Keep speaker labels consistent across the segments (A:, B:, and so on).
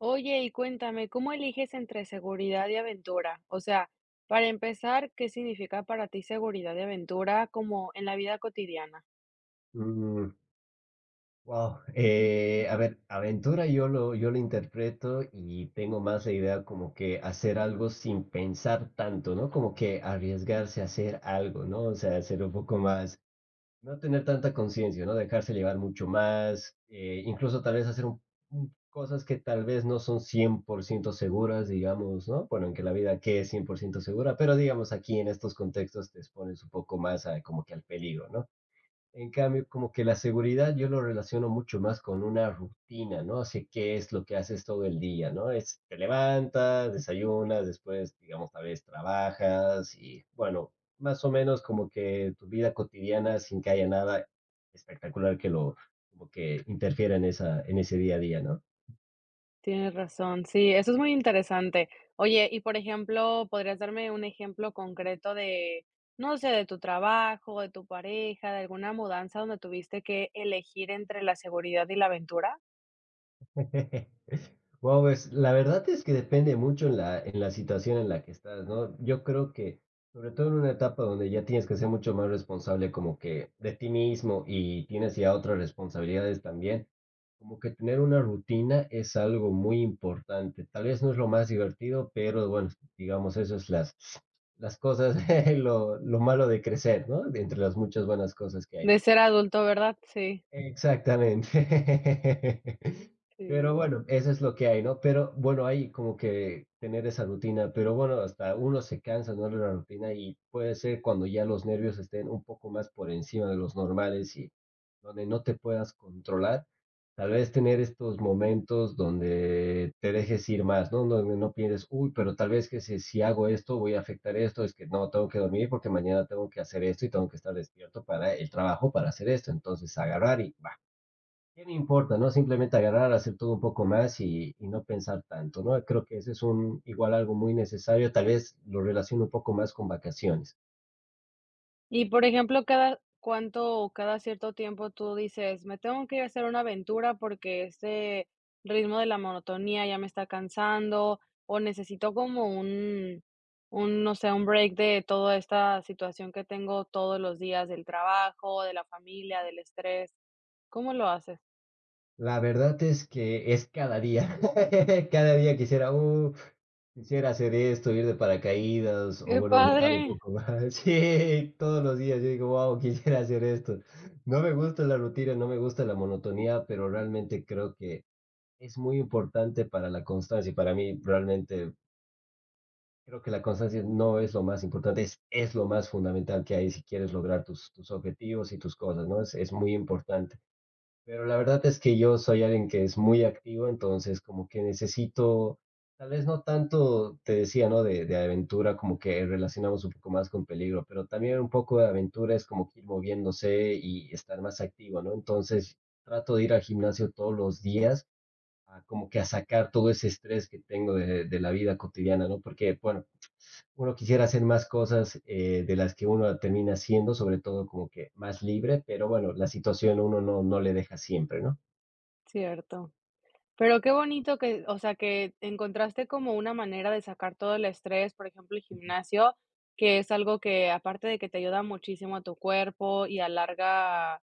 A: Oye, y cuéntame, ¿cómo eliges entre seguridad y aventura? O sea, para empezar, ¿qué significa para ti seguridad y aventura como en la vida cotidiana?
B: Mm, wow. A ver, aventura yo lo interpreto y tengo más la idea como que hacer algo sin pensar tanto, ¿no? Como que arriesgarse a hacer algo, ¿no? O sea, hacer un poco más, no tener tanta conciencia, ¿no? Dejarse llevar mucho más, incluso tal vez hacer cosas que tal vez no son 100% seguras, digamos, ¿no? Bueno, en que la vida que es 100% segura, pero digamos aquí en estos contextos te expones un poco más a, como que al peligro, ¿no? En cambio, como que la seguridad yo lo relaciono mucho más con una rutina, ¿no? Así, ¿qué es lo que haces todo el día, no? Es, te levantas, desayunas, después, digamos, tal vez trabajas y, bueno, más o menos como que tu vida cotidiana sin que haya nada espectacular que lo, como que interfiera en ese día a día, ¿no?
A: Tienes razón, sí, eso es muy interesante. Oye, y por ejemplo, ¿podrías darme un ejemplo concreto de, no sé, de tu trabajo, de tu pareja, de alguna mudanza donde tuviste que elegir entre la seguridad y la aventura?
B: Wow, pues la verdad es que depende mucho en la situación en la que estás, ¿no? Yo creo que, sobre todo en una etapa donde ya tienes que ser mucho más responsable como que de ti mismo y tienes ya otras responsabilidades también, como que tener una rutina es algo muy importante. Tal vez no es lo más divertido, pero bueno, digamos, eso es las cosas, lo malo de crecer, ¿no? De entre las muchas buenas cosas que hay.
A: De ser adulto, ¿verdad? Sí,
B: Exactamente.
A: sí.
B: Pero bueno, eso es lo que hay, ¿no? Pero bueno, hay como que tener esa rutina, pero bueno, hasta uno se cansa, ¿no? De la rutina y puede ser cuando ya los nervios estén un poco más por encima de los normales y donde no te puedas controlar. Tal vez tener estos momentos donde te dejes ir más, ¿no? Donde no pienses, uy, pero tal vez que si hago esto voy a afectar esto, es que no, tengo que dormir porque mañana tengo que hacer esto y tengo que estar despierto para el trabajo, para hacer esto. Entonces, agarrar y, va, ¿qué me importa, no? Simplemente agarrar, hacer todo un poco más y no pensar tanto, ¿no? Creo que ese es un, igual algo muy necesario, tal vez lo relaciono un poco más con vacaciones.
A: Y, por ejemplo, ¿cada cuánto o cada cierto tiempo tú dices: "Me tengo que ir a hacer una aventura porque este ritmo de la monotonía ya me está cansando", o necesito como un no sé, un break de toda esta situación que tengo todos los días del trabajo, de la familia, del estrés? ¿Cómo lo haces?
B: La verdad es que es cada día, cada día quisiera, quisiera hacer esto, ir de paracaídas o
A: ¡Qué
B: bueno, viajar un
A: padre!
B: poco más". Sí, todos los días yo digo, wow, quisiera hacer esto. No me gusta la rutina, no me gusta la monotonía, pero realmente creo que es muy importante para la constancia y para mí realmente creo que la constancia no es lo más importante, es lo más fundamental que hay si quieres lograr tus objetivos y tus cosas, ¿no? Es muy importante. Pero la verdad es que yo soy alguien que es muy activo, entonces como que necesito, tal vez no tanto, te decía, ¿no? De aventura, como que relacionamos un poco más con peligro, pero también un poco de aventura es como que ir moviéndose y estar más activo, ¿no? Entonces trato de ir al gimnasio todos los días, a como que a sacar todo ese estrés que tengo de la vida cotidiana, ¿no? Porque, bueno, uno quisiera hacer más cosas de las que uno termina haciendo, sobre todo como que más libre, pero bueno, la situación uno no, no le deja siempre, ¿no?
A: Cierto. Pero qué bonito que, o sea, que encontraste como una manera de sacar todo el estrés, por ejemplo, el gimnasio, que es algo que aparte de que te ayuda muchísimo a tu cuerpo y alarga,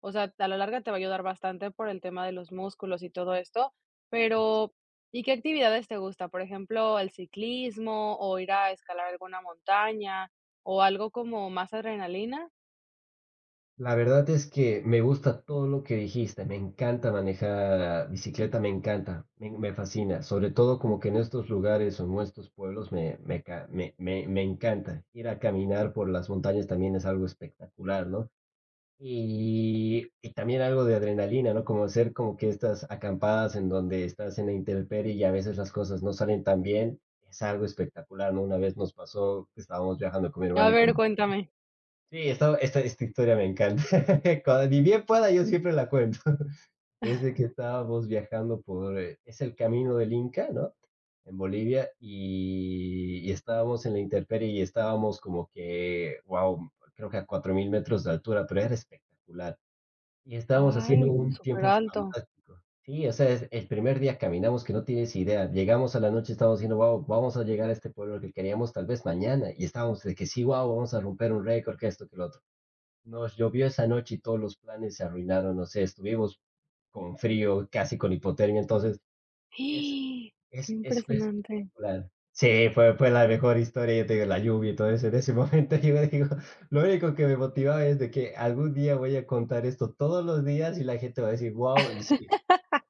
A: o sea, a la larga te va a ayudar bastante por el tema de los músculos y todo esto, pero ¿y qué actividades te gusta? Por ejemplo, el ciclismo o ir a escalar alguna montaña o algo como más adrenalina.
B: La verdad es que me gusta todo lo que dijiste, me encanta manejar bicicleta, me encanta, me fascina, sobre todo como que en estos lugares o en estos pueblos me, me, ca- me encanta. Ir a caminar por las montañas también es algo espectacular, ¿no? Y también algo de adrenalina, ¿no? Como hacer como que estas acampadas en donde estás en la intemperie y a veces las cosas no salen tan bien, es algo espectacular, ¿no? Una vez nos pasó que estábamos viajando con mi
A: A
B: hermano y con
A: ver,
B: mi
A: cuéntame.
B: sí, esta historia me encanta. Cuando, ni bien pueda, yo siempre la cuento. Es de que estábamos viajando es el camino del Inca, ¿no? En Bolivia y estábamos en la intemperie y estábamos como que, wow, creo que a 4000 metros de altura, pero era espectacular. Y estábamos haciendo
A: Ay,
B: un
A: súper
B: tiempo
A: alto.
B: fantástico. Sí, o sea, el primer día caminamos que no tienes idea. Llegamos a la noche, estábamos diciendo, wow, vamos a llegar a este pueblo que queríamos tal vez mañana. Y estábamos de que sí, wow, vamos a romper un récord, que esto, que lo otro. Nos llovió esa noche y todos los planes se arruinaron, no sé, estuvimos con frío, casi con hipotermia, entonces es
A: Qué
B: es fue
A: impresionante.
B: espectacular. Sí, fue la mejor historia, yo te digo, la lluvia y todo eso. En ese momento yo me digo, lo único que me motivaba es de que algún día voy a contar esto todos los días y la gente va a decir: wow y sí,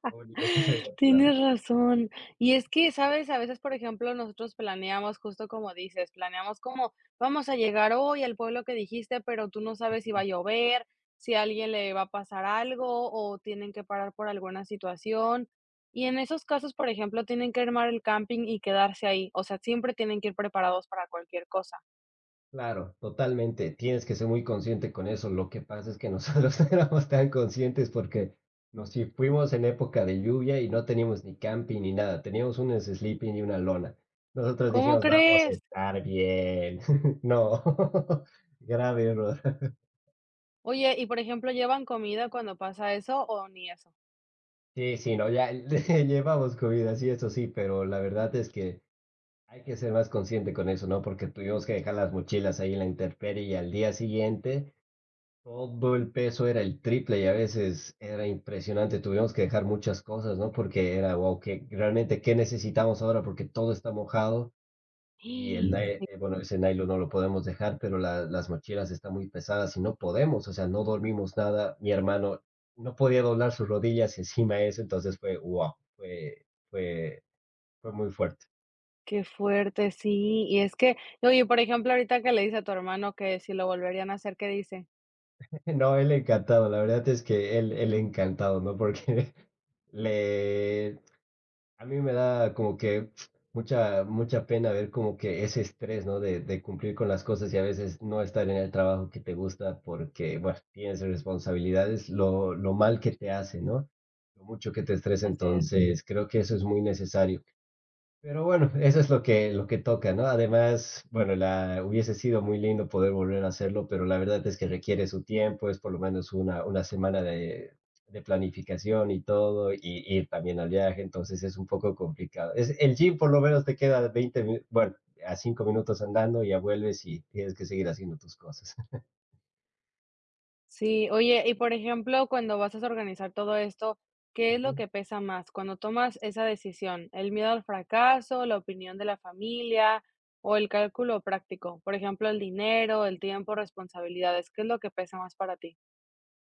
B: lo único que me motivaba.
A: Tienes razón. Y es que, ¿sabes? A veces, por ejemplo, nosotros planeamos, justo como dices, planeamos como vamos a llegar hoy al pueblo que dijiste, pero tú no sabes si va a llover, si a alguien le va a pasar algo o tienen que parar por alguna situación. Y en esos casos, por ejemplo, tienen que armar el camping y quedarse ahí. O sea, siempre tienen que ir preparados para cualquier cosa.
B: Claro, totalmente. Tienes que ser muy consciente con eso. Lo que pasa es que nosotros no éramos tan conscientes porque nos sí fuimos en época de lluvia y no teníamos ni camping ni nada. Teníamos un sleeping y una lona. Nosotros
A: ¿Cómo
B: dijimos, vamos a
A: crees?
B: estar bien. No, grave error.
A: Oye, y por ejemplo, ¿llevan comida cuando pasa eso o ni eso?
B: Sí, sí, no, ya le llevamos comida, sí, eso sí, pero la verdad es que hay que ser más consciente con eso, ¿no? Porque tuvimos que dejar las mochilas ahí en la intemperie y al día siguiente todo el peso era el triple y a veces era impresionante. Tuvimos que dejar muchas cosas, ¿no? Porque era, wow, que realmente qué necesitamos ahora porque todo está mojado y el, bueno, ese nylon no lo podemos dejar, pero las mochilas están muy pesadas y no podemos, o sea, no dormimos nada. Mi hermano no podía doblar sus rodillas encima de eso, entonces fue, wow, fue muy fuerte.
A: Qué fuerte, sí. Y es que, oye, por ejemplo, ahorita que le dice a tu hermano que si lo volverían a hacer, ¿qué dice?
B: No, él encantado, la verdad es que él encantado, ¿no? Porque le, a mí me da como que mucha pena ver como que ese estrés, ¿no? De cumplir con las cosas y a veces no estar en el trabajo que te gusta porque, bueno, tienes responsabilidades, lo mal que te hace, ¿no? Lo mucho que te estresa,
A: Así es.
B: entonces creo que eso es muy necesario. Pero bueno, eso es lo que toca, ¿no? Además, bueno, la, hubiese sido muy lindo poder volver a hacerlo, pero la verdad es que requiere su tiempo, es por lo menos una semana de planificación y todo, y ir también al viaje, entonces es un poco complicado. Es, el gym por lo menos te queda bueno, a 5 minutos andando, ya vuelves y tienes que seguir haciendo tus cosas.
A: Sí, oye, y por ejemplo, cuando vas a organizar todo esto, ¿qué es lo que pesa más cuando tomas esa decisión? ¿El miedo al fracaso, la opinión de la familia o el cálculo práctico? Por ejemplo, el dinero, el tiempo, responsabilidades, ¿qué es lo que pesa más para ti?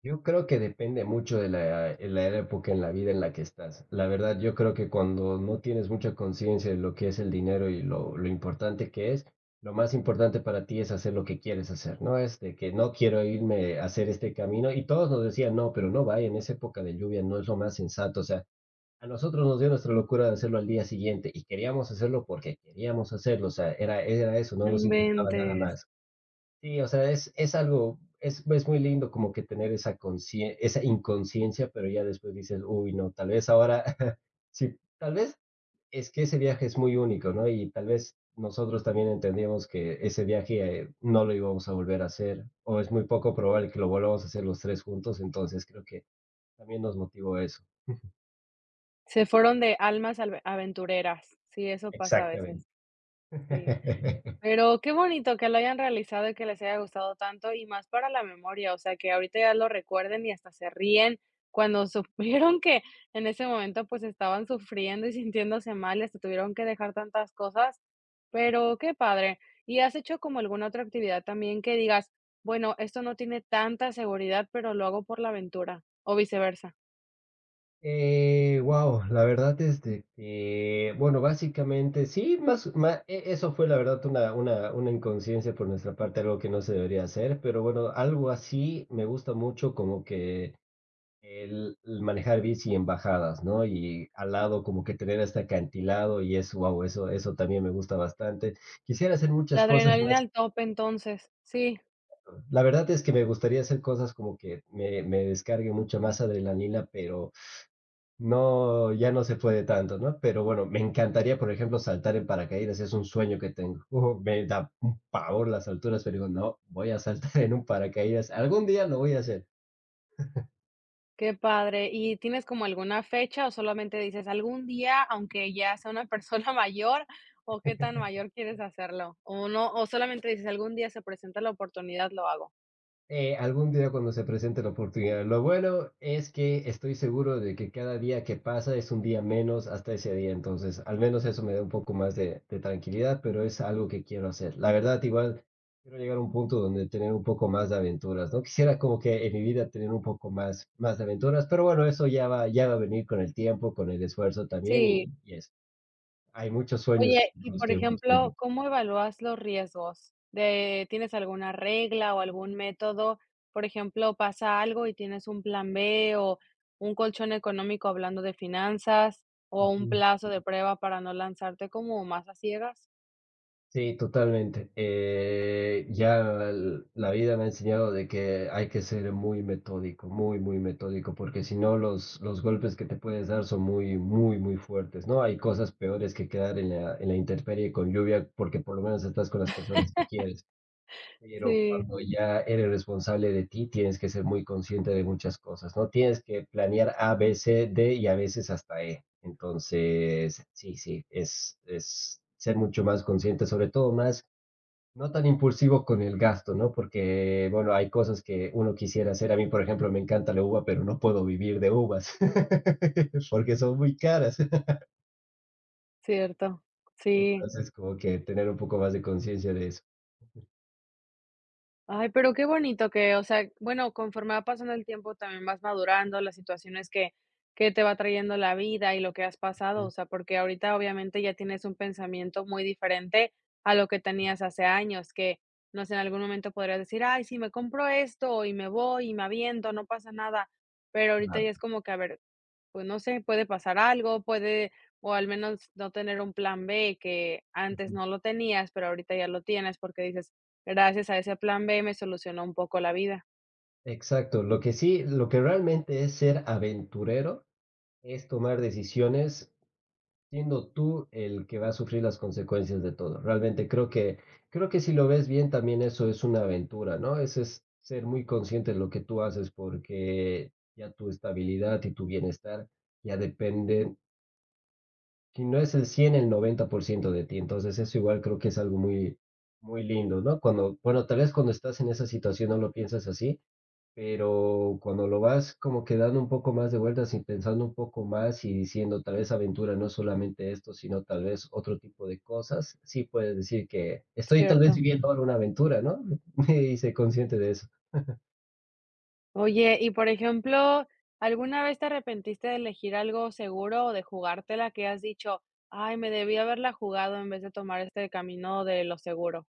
B: Yo creo que depende mucho de la época en la vida en la que estás. La verdad, yo creo que cuando no tienes mucha conciencia de lo que es el dinero y lo importante que es, lo más importante para ti es hacer lo que quieres hacer, ¿no? Es de que no quiero irme a hacer este camino. Y todos nos decían, no, pero no vaya en esa época de lluvia, no es lo más sensato. O sea, a nosotros nos dio nuestra locura de hacerlo al día siguiente y queríamos hacerlo porque queríamos hacerlo. O sea, era, era eso, no
A: No
B: nos importaba nada
A: inventes.
B: más. Sí, o sea, es muy lindo como que tener esa inconsciencia, pero ya después dices, uy, no, tal vez ahora, sí, tal vez es que ese viaje es muy único, ¿no? Y tal vez nosotros también entendíamos que ese viaje no lo íbamos a volver a hacer, o es muy poco probable que lo volvamos a hacer los tres juntos, entonces creo que también nos motivó eso.
A: Se fueron de almas aventureras. Sí, eso pasa a
B: Exactamente.
A: veces. Sí. Pero qué bonito que lo hayan realizado y que les haya gustado tanto, y más para la memoria, o sea, que ahorita ya lo recuerden y hasta se ríen cuando supieron que en ese momento, pues, estaban sufriendo y sintiéndose mal, y hasta tuvieron que dejar tantas cosas, pero qué padre. ¿Y has hecho como alguna otra actividad también que digas: "Bueno, esto no tiene tanta seguridad, pero lo hago por la aventura", o viceversa?
B: Wow, la verdad es de que, bueno, básicamente sí, eso fue la verdad una inconsciencia por nuestra parte, algo que no se debería hacer, pero bueno, algo así me gusta mucho como que el manejar bici en bajadas, ¿no? Y al lado como que tener este acantilado y eso, wow, eso también me gusta bastante. Quisiera hacer muchas
A: La
B: cosas
A: adrenalina
B: más.
A: al tope, entonces, sí.
B: La verdad es que me gustaría hacer cosas como que me descargue mucha más adrenalina, pero... No, ya no se puede tanto, ¿no? Pero bueno, me encantaría, por ejemplo, saltar en paracaídas, es un sueño que tengo. Ujú, me da un pavor las alturas, pero digo, no, voy a saltar en un paracaídas. Algún día lo voy a hacer.
A: Qué padre. ¿Y tienes como alguna fecha o solamente dices algún día, aunque ya sea una persona mayor, o qué tan mayor quieres hacerlo? O no, o solamente dices algún día se presenta la oportunidad, lo hago.
B: Algún día cuando se presente la oportunidad. Lo bueno es que estoy seguro de que cada día que pasa es un día menos hasta ese día, entonces al menos eso me da un poco más de tranquilidad, pero es algo que quiero hacer. La verdad, igual quiero llegar a un punto donde tener un poco más de aventuras, ¿no? Quisiera como que en mi vida tener un poco más, más de aventuras, pero bueno, eso ya va a venir con el tiempo, con el esfuerzo también
A: Sí.
B: y eso. Hay muchos sueños
A: Oye, y
B: con los
A: por
B: que uno quiere
A: ejemplo, ¿cómo evalúas los riesgos? De, ¿tienes alguna regla o algún método? Por ejemplo, pasa algo y tienes un plan B o un colchón económico hablando de finanzas o un
B: luchar.
A: plazo de prueba para no lanzarte como más a ciegas.
B: Sí, totalmente. Ya la vida me ha enseñado de que hay que ser muy metódico, muy, muy metódico, porque si no los golpes que te puedes dar son muy, muy, muy fuertes, ¿no? Hay cosas peores que quedar en la intemperie con lluvia porque por lo menos estás con las personas que quieres. Pero
A: Sí.
B: cuando ya eres responsable de ti, tienes que ser muy consciente de muchas cosas, ¿no? Tienes que planear A, B, C, D y a veces hasta E. Entonces, sí, sí, es ser mucho más consciente, sobre todo más, no tan impulsivo con el gasto, ¿no? Porque, bueno, hay cosas que uno quisiera hacer. A mí, por ejemplo, me encanta la uva, pero no puedo vivir de uvas porque son muy caras.
A: Cierto, sí.
B: Entonces, como que tener un poco más de conciencia de eso.
A: Ay, pero qué bonito que, o sea, bueno, conforme va pasando el tiempo también vas madurando las situaciones que te va trayendo la vida y lo que has pasado, o sea, porque ahorita obviamente ya tienes un pensamiento muy diferente a lo que tenías hace años, que, no sé, en algún momento podrías decir: "Ay, sí, me compro esto y me voy y me aviento, no pasa nada", pero ahorita ya
B: Claro.
A: es como que, a ver, pues no sé, puede pasar algo, puede, o al menos no tener un plan B que antes no lo tenías, pero ahorita ya lo tienes porque dices, gracias a ese plan B me solucionó un poco la vida.
B: Exacto, lo que sí, lo que realmente es ser aventurero es tomar decisiones siendo tú el que va a sufrir las consecuencias de todo. Realmente creo que si lo ves bien también eso es una aventura, ¿no? Ese es ser muy consciente de lo que tú haces porque ya tu estabilidad y tu bienestar ya depende si no es el 100 el 90% de ti. Entonces eso igual creo que es algo muy, muy lindo, ¿no? Cuando, bueno, tal vez cuando estás en esa situación no lo piensas así, pero cuando lo vas como que dando un poco más de vueltas y pensando un poco más y diciendo tal vez aventura no es solamente esto, sino tal vez otro tipo de cosas, sí puedes decir que estoy tal vez
A: Cierto.
B: viviendo ahora una aventura, ¿no? Me hice consciente de eso.
A: Oye, y por ejemplo, ¿alguna vez te arrepentiste de elegir algo seguro o de jugártela que has dicho, ay, me debí haberla jugado en vez de tomar este camino de lo seguro?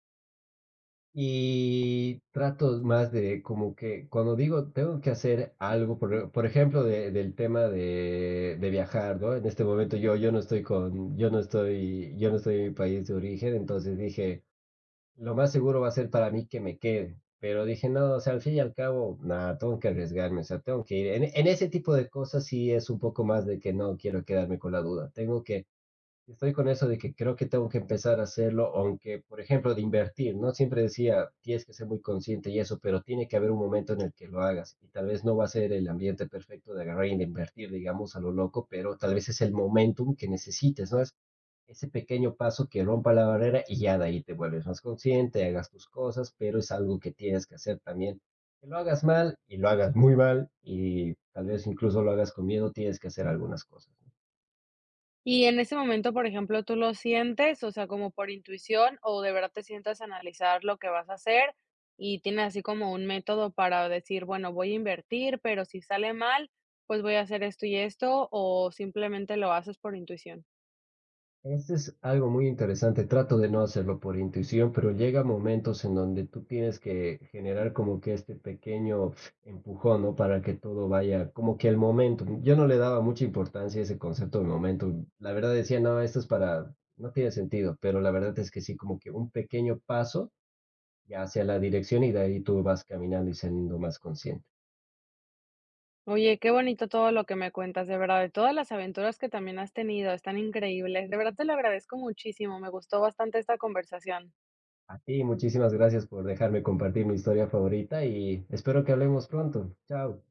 B: Y trato más de como que cuando digo tengo que hacer algo, por ejemplo, del tema de viajar, ¿no? En este momento, yo no estoy con, yo no estoy en mi país de origen, entonces dije, lo más seguro va a ser para mí que me quede. Pero dije, no, o sea, al fin y al cabo, nada, tengo que arriesgarme, o sea, tengo que ir. En ese tipo de cosas sí es un poco más de que no quiero quedarme con la duda. Tengo que Estoy con eso de que creo que tengo que empezar a hacerlo, aunque, por ejemplo, de invertir, ¿no? Siempre decía, tienes que ser muy consciente y eso, pero tiene que haber un momento en el que lo hagas y tal vez no va a ser el ambiente perfecto de agarrar y de invertir, digamos, a lo loco, pero tal vez es el momentum que necesites, ¿no? Es ese pequeño paso que rompa la barrera y ya de ahí te vuelves más consciente, hagas tus cosas, pero es algo que tienes que hacer también. Que lo hagas mal y lo hagas muy mal y tal vez incluso lo hagas con miedo, tienes que hacer algunas cosas.
A: Y en ese momento, por ejemplo, ¿tú lo sientes, o sea, como por intuición, o de verdad te sientas a analizar lo que vas a hacer y tienes así como un método para decir, bueno, voy a invertir, pero si sale mal, pues voy a hacer esto y esto, o simplemente lo haces por intuición?
B: Este es algo muy interesante. Trato de no hacerlo por intuición, pero llega momentos en donde tú tienes que generar como que este pequeño empujón, ¿no? Para que todo vaya, como que el momento. Yo no le daba mucha importancia a ese concepto de momento. La verdad decía, no, esto es para, no tiene sentido, pero la verdad es que sí, como que un pequeño paso ya hacia la dirección y de ahí tú vas caminando y siendo más consciente.
A: Oye, qué bonito todo lo que me cuentas, de verdad, de todas las aventuras que también has tenido, están increíbles. De verdad te lo agradezco muchísimo, me gustó bastante esta conversación.
B: A ti, muchísimas gracias por dejarme compartir mi historia favorita y espero que hablemos pronto. Chao.